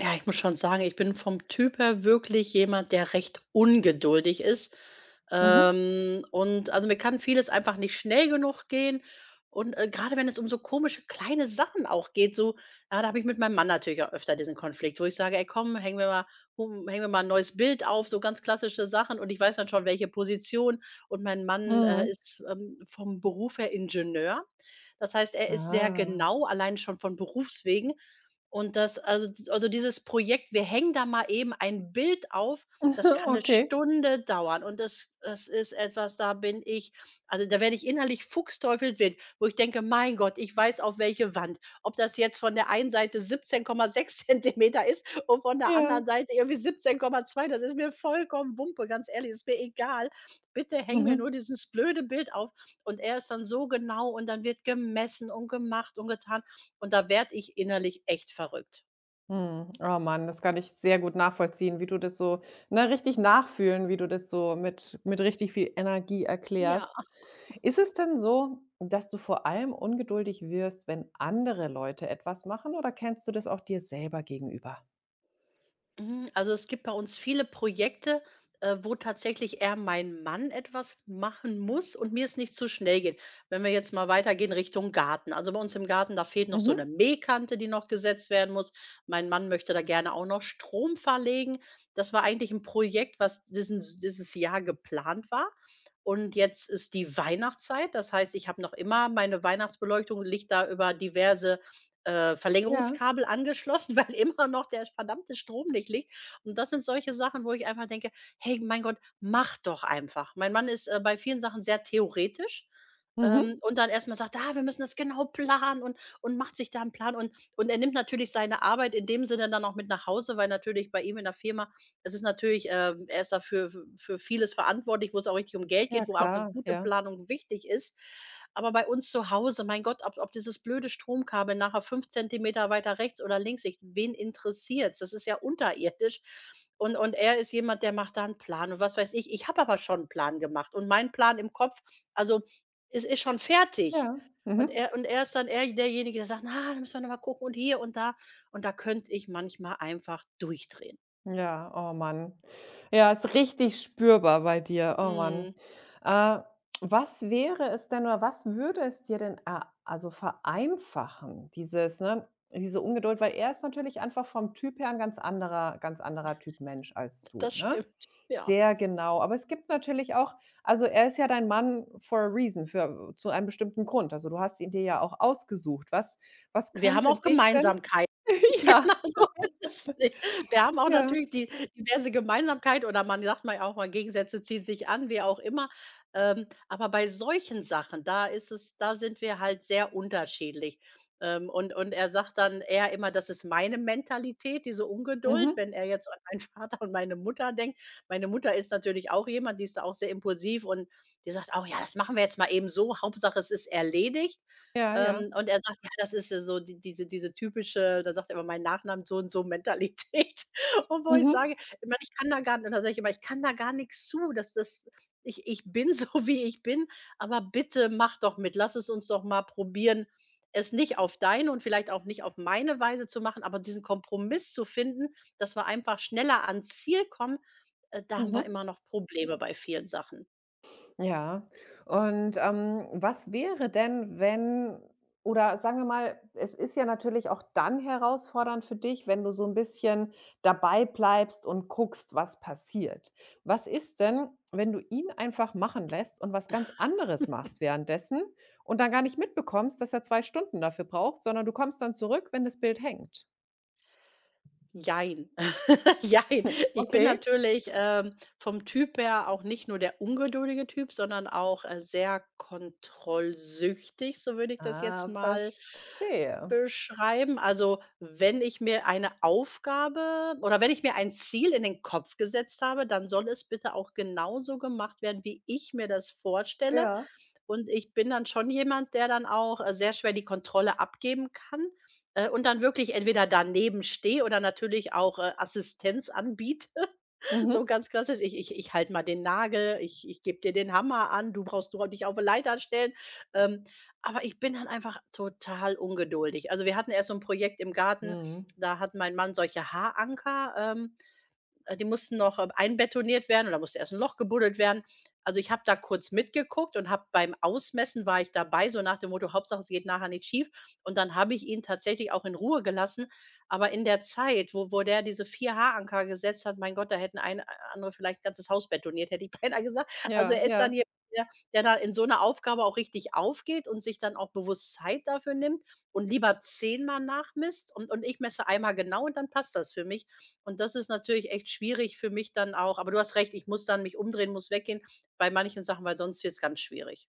Ja, ich muss schon sagen, ich bin vom Typ her wirklich jemand, der recht ungeduldig ist. Mhm. Und also mir kann vieles einfach nicht schnell genug gehen. Und gerade wenn es um so komische kleine Sachen auch geht, so, ja, da habe ich mit meinem Mann natürlich auch öfter diesen Konflikt, wo ich sage, ey, komm, hängen wir mal, hängen wir mal ein neues Bild auf, so ganz klassische Sachen. Und ich weiß dann schon, welche Position. Und mein Mann äh, Mhm. ist ähm, vom Beruf her Ingenieur. Das heißt, er ist sehr Ah. genau, allein schon von Berufswegen. Und das also d also dieses Projekt, wir hängen da mal eben ein Bild auf, das kann eine Okay. Stunde dauern und das ist etwas, da werde ich innerlich fuchsteufelswild, wo ich denke: „Mein Gott, ich weiß auf welche Wand.“ Ob das jetzt von der einen Seite 17,6 Zentimeter ist und von der Ja. anderen Seite irgendwie 17,2, das ist mir vollkommen Wumpe, ganz ehrlich, ist mir egal. Bitte häng mir Mhm. nur dieses blöde Bild auf. Und er ist dann so genau und dann wird gemessen und gemacht und getan. Und da werde ich innerlich echt verrückt. Mhm. Oh Mann, das kann ich sehr gut nachvollziehen, wie du das so na richtig nachfühlen, wie du das so mit richtig viel Energie Ja. erklärst. Ist es denn so, dass du vor allem ungeduldig wirst, wenn andere Leute etwas machen, oder kennst du das auch dir selber gegenüber? Mhm, also, es gibt bei uns viele Projekte, wo tatsächlich eher mein Mann etwas machen muss und mir es nicht zu schnell geht. Wenn wir jetzt mal weitergehen Richtung Garten. Also, bei uns im Garten, da fehlt noch so Mhm. eine Mähkante, die noch gesetzt werden muss. Mein Mann möchte da gerne auch noch Strom verlegen. Das war eigentlich ein Projekt, was diesen dieses Jahr geplant war. Und jetzt ist die Weihnachtszeit. Das heißt, ich habe noch immer meine Weihnachtsbeleuchtung, liegt da über diverse Ja. Verlängerungskabel angeschlossen, weil immer noch der verdammte Strom nicht liegt. Und das sind solche Sachen, wo ich einfach denke: „Hey, mein Gott, mach doch einfach.“ Mein Mann ist, bei vielen Sachen sehr theoretisch, Mhm. Und dann erstmal sagt: „Ah, wir müssen das genau planen“, und macht sich da einen Plan, und er nimmt natürlich seine Arbeit in dem Sinne dann auch mit nach Hause, weil natürlich bei ihm in der Firma es ist natürlich er ist dafür für vieles verantwortlich, wo es auch richtig um Geld Ja, geht, wo auch 'ne klar. gute Ja. Planung wichtig ist. Aber bei uns zu Hause, mein Gott, ob dieses blöde Stromkabel nachher 5 Zentimeter weiter rechts oder links liegt, wen interessiert's? Das ist ja unterirdisch. Und er ist jemand, der macht da 'n Plan und was weiß ich. Ich habe aber schon 'n Plan gemacht und mein Plan im Kopf also, es ist schon fertig. Ja. Und Mhm. er und er ist dann eher derjenige, der sagt: „Na, da müssen wir noch mal gucken und hier und da.“ Und da könnte ich manchmal einfach durchdrehen. Ja, oh Mann. Ja, ist richtig spürbar bei dir. Oh Mann. Mhm. Äh, Was wäre es denn, oder was würde es dir denn a also vereinfachen, diese Ungeduld? Weil er ist natürlich einfach vom Typ her ein ganz anderer Typ Mensch als du, Das ne? stimmt, ja. Sehr genau. Aber es gibt natürlich auch, also er ist ja dein Mann for a reason, für zu einem bestimmten Grund. Also, du hast ihn dir ja auch ausgesucht. Was Wir haben könnte auch dich denn Gemeinsamkeiten, ja, genau so ist es nicht. Wir haben auch ja. natürlich die diverse Gemeinsamkeit, oder man sagt mal auch mal, Gegensätze ziehen sich an, wie auch immer. Aber bei solchen Sachen, da ist es da sind wir halt sehr unterschiedlich. Und er sagt dann eher immer: „Das ist meine Mentalität, diese Ungeduld“, Mhm. wenn er jetzt an meinen Vater und meine Mutter denkt. Meine Mutter ist natürlich auch jemand, die ist da auch sehr impulsiv, und die sagt auch: „Ja, das machen wir jetzt mal eben so, Hauptsache es ist erledigt.“ Ja, ja. Und er sagt: „Ja, das ist ja so die diese diese typische“ Da sagt er immer meinen Nachnamen so und so „Mentalität.“ Und wo ich Mhm. sage ich meine, ich kann da gar Und dann sage ich immer: „Ich kann da gar nichts zu, dass das ich bin so, wie ich bin, aber bitte mach doch mit. Lass es uns doch mal probieren, es nicht auf deine und vielleicht auch nicht auf meine Weise zu machen, aber diesen Kompromiss zu finden, dass wir einfach schneller ans Ziel kommen.“ Da haben wir Mhm. immer noch Probleme bei vielen Sachen. Ja. Und, was wäre denn, wenn, oder sagen wir mal, es ist ja natürlich auch dann herausfordernd für dich, wenn du so ein bisschen dabei bleibst und guckst, was passiert. Was ist denn, wenn du ihn einfach machen lässt und was ganz anderes machst währenddessen und dann gar nicht mitbekommst, dass er 2 Stunden dafür braucht, sondern du kommst dann zurück, wenn das Bild hängt? Jein. Jein. Ich bin Okay. natürlich, vom Typ her auch nicht nur der ungeduldige Typ, sondern auch, sehr kontrollsüchtig, so würde ich das jetzt Ah, mal verstehe. beschreiben. Also, wenn ich mir eine Aufgabe oder wenn ich mir ein Ziel in den Kopf gesetzt habe, dann soll es bitte auch genauso gemacht werden, wie ich mir das vorstelle. Ja. Und ich bin dann schon jemand, der dann auch, sehr schwer die Kontrolle abgeben kann, und dann wirklich entweder daneben stehe oder natürlich auch, Assistenz anbiete. So Mhm. ganz klassisch: „Ich halte mal den Nagel, ich gebe dir den Hammer an, du brauchst nur dich auf 'ne Leiter stellen.“ Ähm, aber ich bin dann einfach total ungeduldig. Also, wir hatten erst so ein Projekt im Garten, Mhm. da hat mein Mann solche Haaranker, die mussten noch, einbetoniert werden oder musste erst ein Loch gebuddelt werden. Also, ich habe da kurz mitgeguckt und habe beim Ausmessen war ich dabei, so nach dem Motto: „Hauptsache, es geht nachher nicht schief.“ Und dann habe ich ihn tatsächlich auch in Ruhe gelassen. Aber in der Zeit, wo der diese 4 Haaranker gesetzt hat, mein Gott, da hätten ein andere vielleicht ein ganzes Haus betoniert, hätte ich beinahe gesagt. Also, Ja, er ist dann ja. hier der der da in so einer Aufgabe auch richtig aufgeht und sich dann auch bewusst Zeit dafür nimmt und lieber zehnmal nachmisst, und ich messe einmal genau und dann passt das für mich. Und das ist natürlich echt schwierig für mich dann auch. Aber du hast recht, ich muss dann mich umdrehen, muss weggehen bei manchen Sachen, weil sonst wird's ganz schwierig.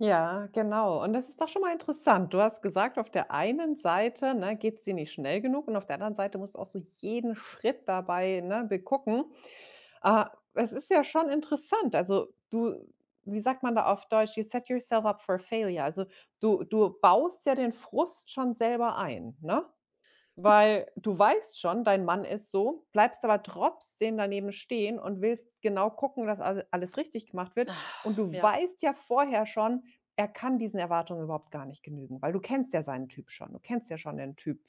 Ja, genau. Und das ist doch schon mal interessant. Du hast gesagt, auf der einen Seite, ne, geht's dir nicht schnell genug, und auf der anderen Seite musst du auch so jeden Schritt dabei, ne, begucken. Äh, Es ist ja schon interessant. Also, du wie sagt man da auf Deutsch? You set yourself up for failure. Also, du baust ja den Frust schon selber ein, ne? Weil du weißt schon, dein Mann ist so, bleibst aber trotzdem daneben stehen und willst genau gucken, dass al alles richtig gemacht wird. Ah, Und du ja. weißt ja vorher schon, er kann diesen Erwartungen überhaupt gar nicht genügen, weil du kennst ja seinen Typ schon. Du kennst ja schon den Typ,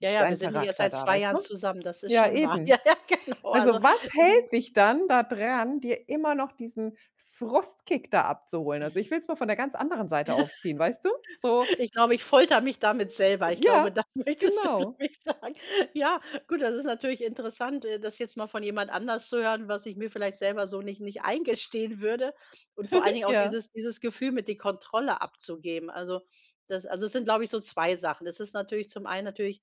Ja, ja, wir seinen sind nicht erst Charakter seit da, 2 weißt du? Jahren zusammen, das ist Ja, schon wahr. Ja, eben. ja, genau. Also, was ich hält dich dann da dran, dir immer noch diesen Frustkick da abzuholen? Also, ich will es mal von der ganz anderen Seite aufziehen, weißt du? So Ich glaube, ich foltere mich damit selber. Ich ja, glaube, das möchtest du, glaube genau. ich, sagen. Ja, gut, das ist natürlich interessant, das jetzt mal von jemand anders zu hören, was ich mir vielleicht selber so nicht eingestehen würde und vor allen Dingen auch Ja, dieses Gefühl mit die Kontrolle abzugeben. Also, das also, es sind, glaube ich, so 2 Sachen. Es ist natürlich zum einen natürlich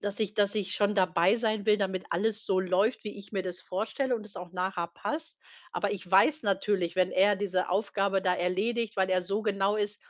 dass ich schon dabei sein will, damit alles so läuft, wie ich mir das vorstelle und es auch nachher passt. Aber ich weiß natürlich, wenn er diese Aufgabe da erledigt, weil er so genau ist,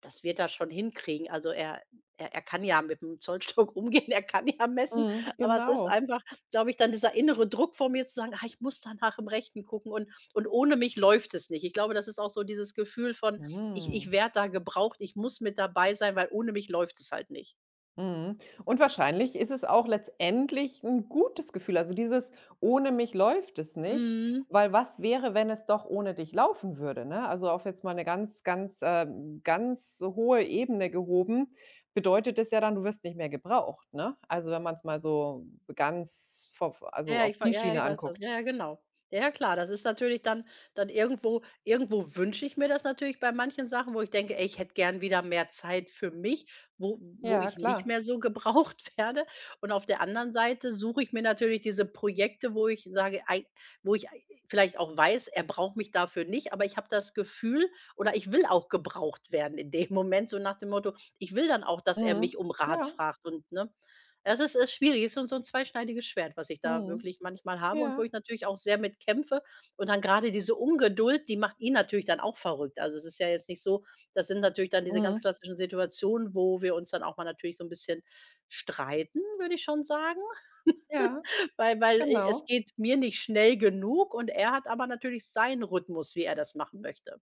das wird er schon hinkriegen. Also, er kann ja mit 'm Zollstock umgehen, er kann ja messen, mhm, aber es ist genau. einfach, glaube ich, dann dieser innere Druck vor mir zu sagen: „Ah, ich muss danach im Rechten gucken und ohne mich läuft es nicht.“ Ich glaube, das ist auch so dieses Gefühl von: „Ich Mhm. werde da gebraucht, ich muss mit dabei sein, weil ohne mich läuft es halt nicht.“ Mhm. Und wahrscheinlich ist es auch letztendlich 'n gutes Gefühl, also dieses: „Ohne mich läuft es nicht", Mhm. weil, was wäre, wenn es doch ohne dich laufen würde, ne? Also, auf jetzt mal 'ne ganz, ganz, ganz hohe Ebene gehoben, bedeutet es ja dann, du wirst nicht mehr gebraucht, ne? Also, wenn man's mal so ganz, v also auf die Ja, ja, Schiene ich weiß was. Ja, anguckt. ja, genau. Ja, ja, klar, das ist natürlich dann dann irgendwo wünsche ich mir das natürlich bei manchen Sachen, wo ich denke: „Ey, ich hätte gern wieder mehr Zeit für mich, wo Ja, ich nicht klar. mehr so gebraucht werde.“ Und auf der anderen Seite suche ich mir natürlich diese Projekte, wo ich ei vielleicht auch weiß, er braucht mich dafür nicht, aber ich habe das Gefühl oder ich will auch gebraucht werden in dem Moment, so nach dem Motto ich will dann auch, dass er Mhm. mich um Rat Ja. fragt und, ne? Das ist schwierig, ist so 'n zweischneidiges Schwert, was ich da Mhm. wirklich manchmal habe und wo Ja. ich natürlich auch sehr mit kämpfe. Und dann gerade diese Ungeduld, die macht ihn natürlich dann auch verrückt. Also, es ist ja jetzt nicht so, das sind natürlich dann diese ganz Mhm. klassischen Situationen, wo wir uns dann auch mal natürlich so ein bisschen streiten, würde ich schon sagen, Ja, weil es genau. geht mir nicht schnell genug und er hat aber natürlich seinen Rhythmus, wie er das machen möchte.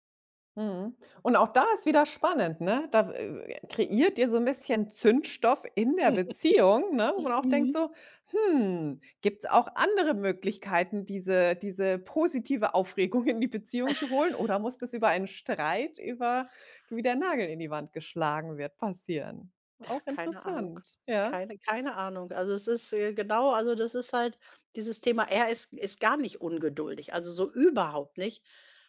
Mhm. Und auch da ist wieder spannend, ne? Da, kreiert ihr so ein bisschen Zündstoff in der Beziehung, ne, wo man auch denkt so: „Hm, gibt's auch andere Möglichkeiten, diese positive Aufregung in die Beziehung zu holen, oder muss das über einen Streit, über, wie der Nagel in die Wand geschlagen wird, passieren?" Da Auch keine Ahnung. interessant, ja. Keine Ahnung. Also, es ist, genau also, das ist halt dieses Thema, er ist gar nicht ungeduldig, also, so überhaupt nicht.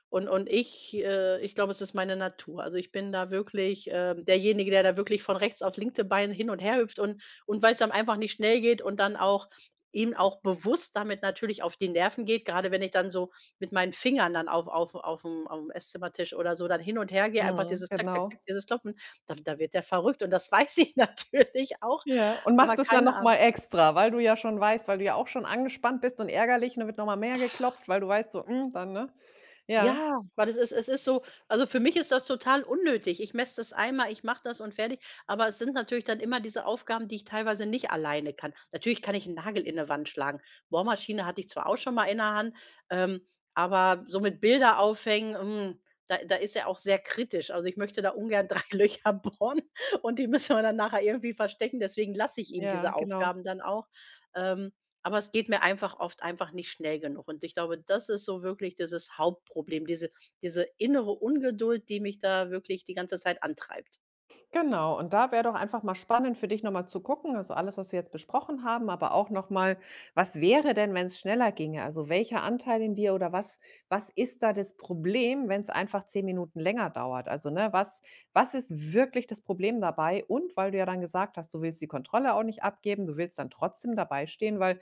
Und ich ich glaube, es ist meine Natur. Also, ich bin da wirklich, derjenige, der da wirklich von rechts auf linke Bein hin und her hüpft und weil es dann einfach nicht schnell geht und dann auch ihm auch bewusst damit natürlich auf die Nerven geht, gerade wenn ich dann so mit meinen Fingern dann auf dem Esszimmertisch oder so dann hin und her gehe, einfach Mhm, dieses Tack, Tack, genau. Tack, dieses Klopfen. Da wird der verrückt und das weiß ich natürlich auch, Ja, und aber machst es dann keine noch mal Ahnung. extra, weil du ja schon weißt, weil du ja auch schon angespannt bist und ärgerlich, und dann wird noch mal mehr geklopft, weil du weißt so, hm, dann, ne? Ja, Ja, weil das ist es ist so, also, für mich ist das total unnötig. Ich messe das einmal, ich mache das und fertig, aber es sind natürlich dann immer diese Aufgaben, die ich teilweise nicht alleine kann. Natürlich kann ich 'n Nagel in 'ne Wand schlagen. Bohrmaschine hatte ich zwar auch schon mal in der Hand, ähm, aber so mit Bilder aufhängen, hm, da ist er auch sehr kritisch. Also, ich möchte da ungern 3 Löcher bohren und die müssen wir dann nachher irgendwie verstecken, deswegen lasse ich ihm ja, diese genau. Aufgaben dann auch. Ähm Aber es geht mir einfach oft einfach nicht schnell genug. Und ich glaube, das ist so wirklich dieses Hauptproblem, diese innere Ungeduld, die mich da wirklich die ganze Zeit antreibt. Genau, und da wäre doch einfach mal spannend für dich noch mal zu gucken, also alles, was wir jetzt besprochen haben, aber auch noch mal, was wäre denn, wenn's schneller ginge? Also, welcher Anteil in dir, oder was ist da das Problem, wenn's einfach 10 Minuten länger dauert? Also, ne, was ist wirklich das Problem dabei? Und weil du ja dann gesagt hast, du willst die Kontrolle auch nicht abgeben, du willst dann trotzdem dabei stehen, weil,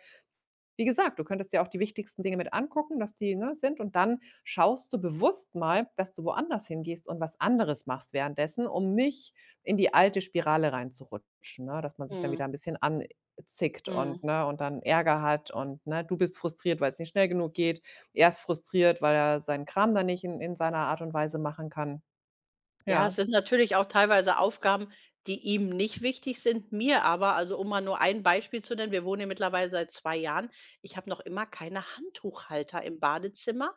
wie gesagt, du könntest ja auch die wichtigsten Dinge mit angucken, dass die, ne, sind, und dann schaust du bewusst mal, dass du woanders hingehst und was anderes machst währenddessen, um nicht in die alte Spirale reinzurutschen, ne, dass man sich dann wieder Mhm, ein bisschen anzickt und, mhm. ne, und dann Ärger hat und, ne, du bist frustriert, weil es nicht schnell genug geht. Er ist frustriert, weil er seinen Kram dann nicht in seiner Art und Weise machen kann. Ja, Ja. es sind natürlich auch teilweise Aufgaben, die ihm nicht wichtig sind, mir aber, also, um mal nur ein Beispiel zu nennen, wir wohnen hier mittlerweile seit 2 Jahren. Ich habe noch immer keine Handtuchhalter im Badezimmer.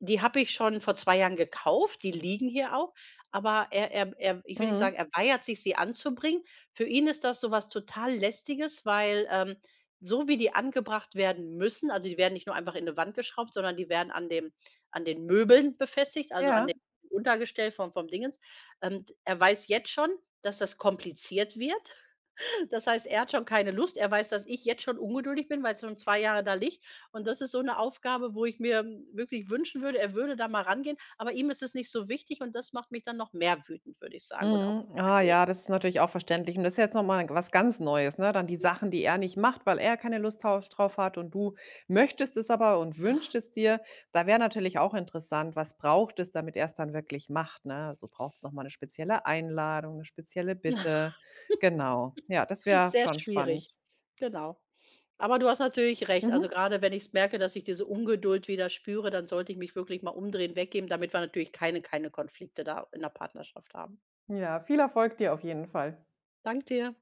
Die habe ich schon vor 2 Jahren gekauft, die liegen hier auch, aber er ich will nicht Mhm. sagen, er weigert sich, sie anzubringen. Für ihn ist das so was total Lästiges, weil, so wie die angebracht werden müssen, also, die werden nicht nur einfach in 'ne Wand geschraubt, sondern die werden an dem an den Möbeln befestigt, also, an Ja. dem Untergestell vom Dingens. D er weiß jetzt schon, dass das kompliziert wird. Das heißt, er hat schon keine Lust. Er weiß, dass ich jetzt schon ungeduldig bin, weil es schon 2 Jahre da liegt. Und das ist so eine Aufgabe, wo ich mir wirklich wünschen würde, er würde da mal rangehen, aber ihm ist es nicht so wichtig und das macht mich dann noch mehr wütend, würde ich sagen, und auch Mhm. Ah Ungeduld. ja, das ist natürlich auch verständlich. Und das ist jetzt noch mal was ganz Neues, ne? Dann die Sachen, die er nicht macht, weil er keine Lust drauf hat, und du möchtest es aber und wünschst es dir. Da wäre natürlich auch interessant, was braucht es, damit er es dann wirklich macht, ne? So, braucht's noch mal eine spezielle Einladung, eine spezielle Bitte. Genau. Ja, das wäre Sehr schon schwierig. spannend. Genau. Aber du hast natürlich recht. Also, Mhm. gerade wenn ich merke, dass ich diese Ungeduld wieder spüre, dann sollte ich mich wirklich mal umdrehen, weggeben, damit wir natürlich keine Konflikte da in der Partnerschaft haben. Ja, viel Erfolg dir auf jeden Fall. Dank dir.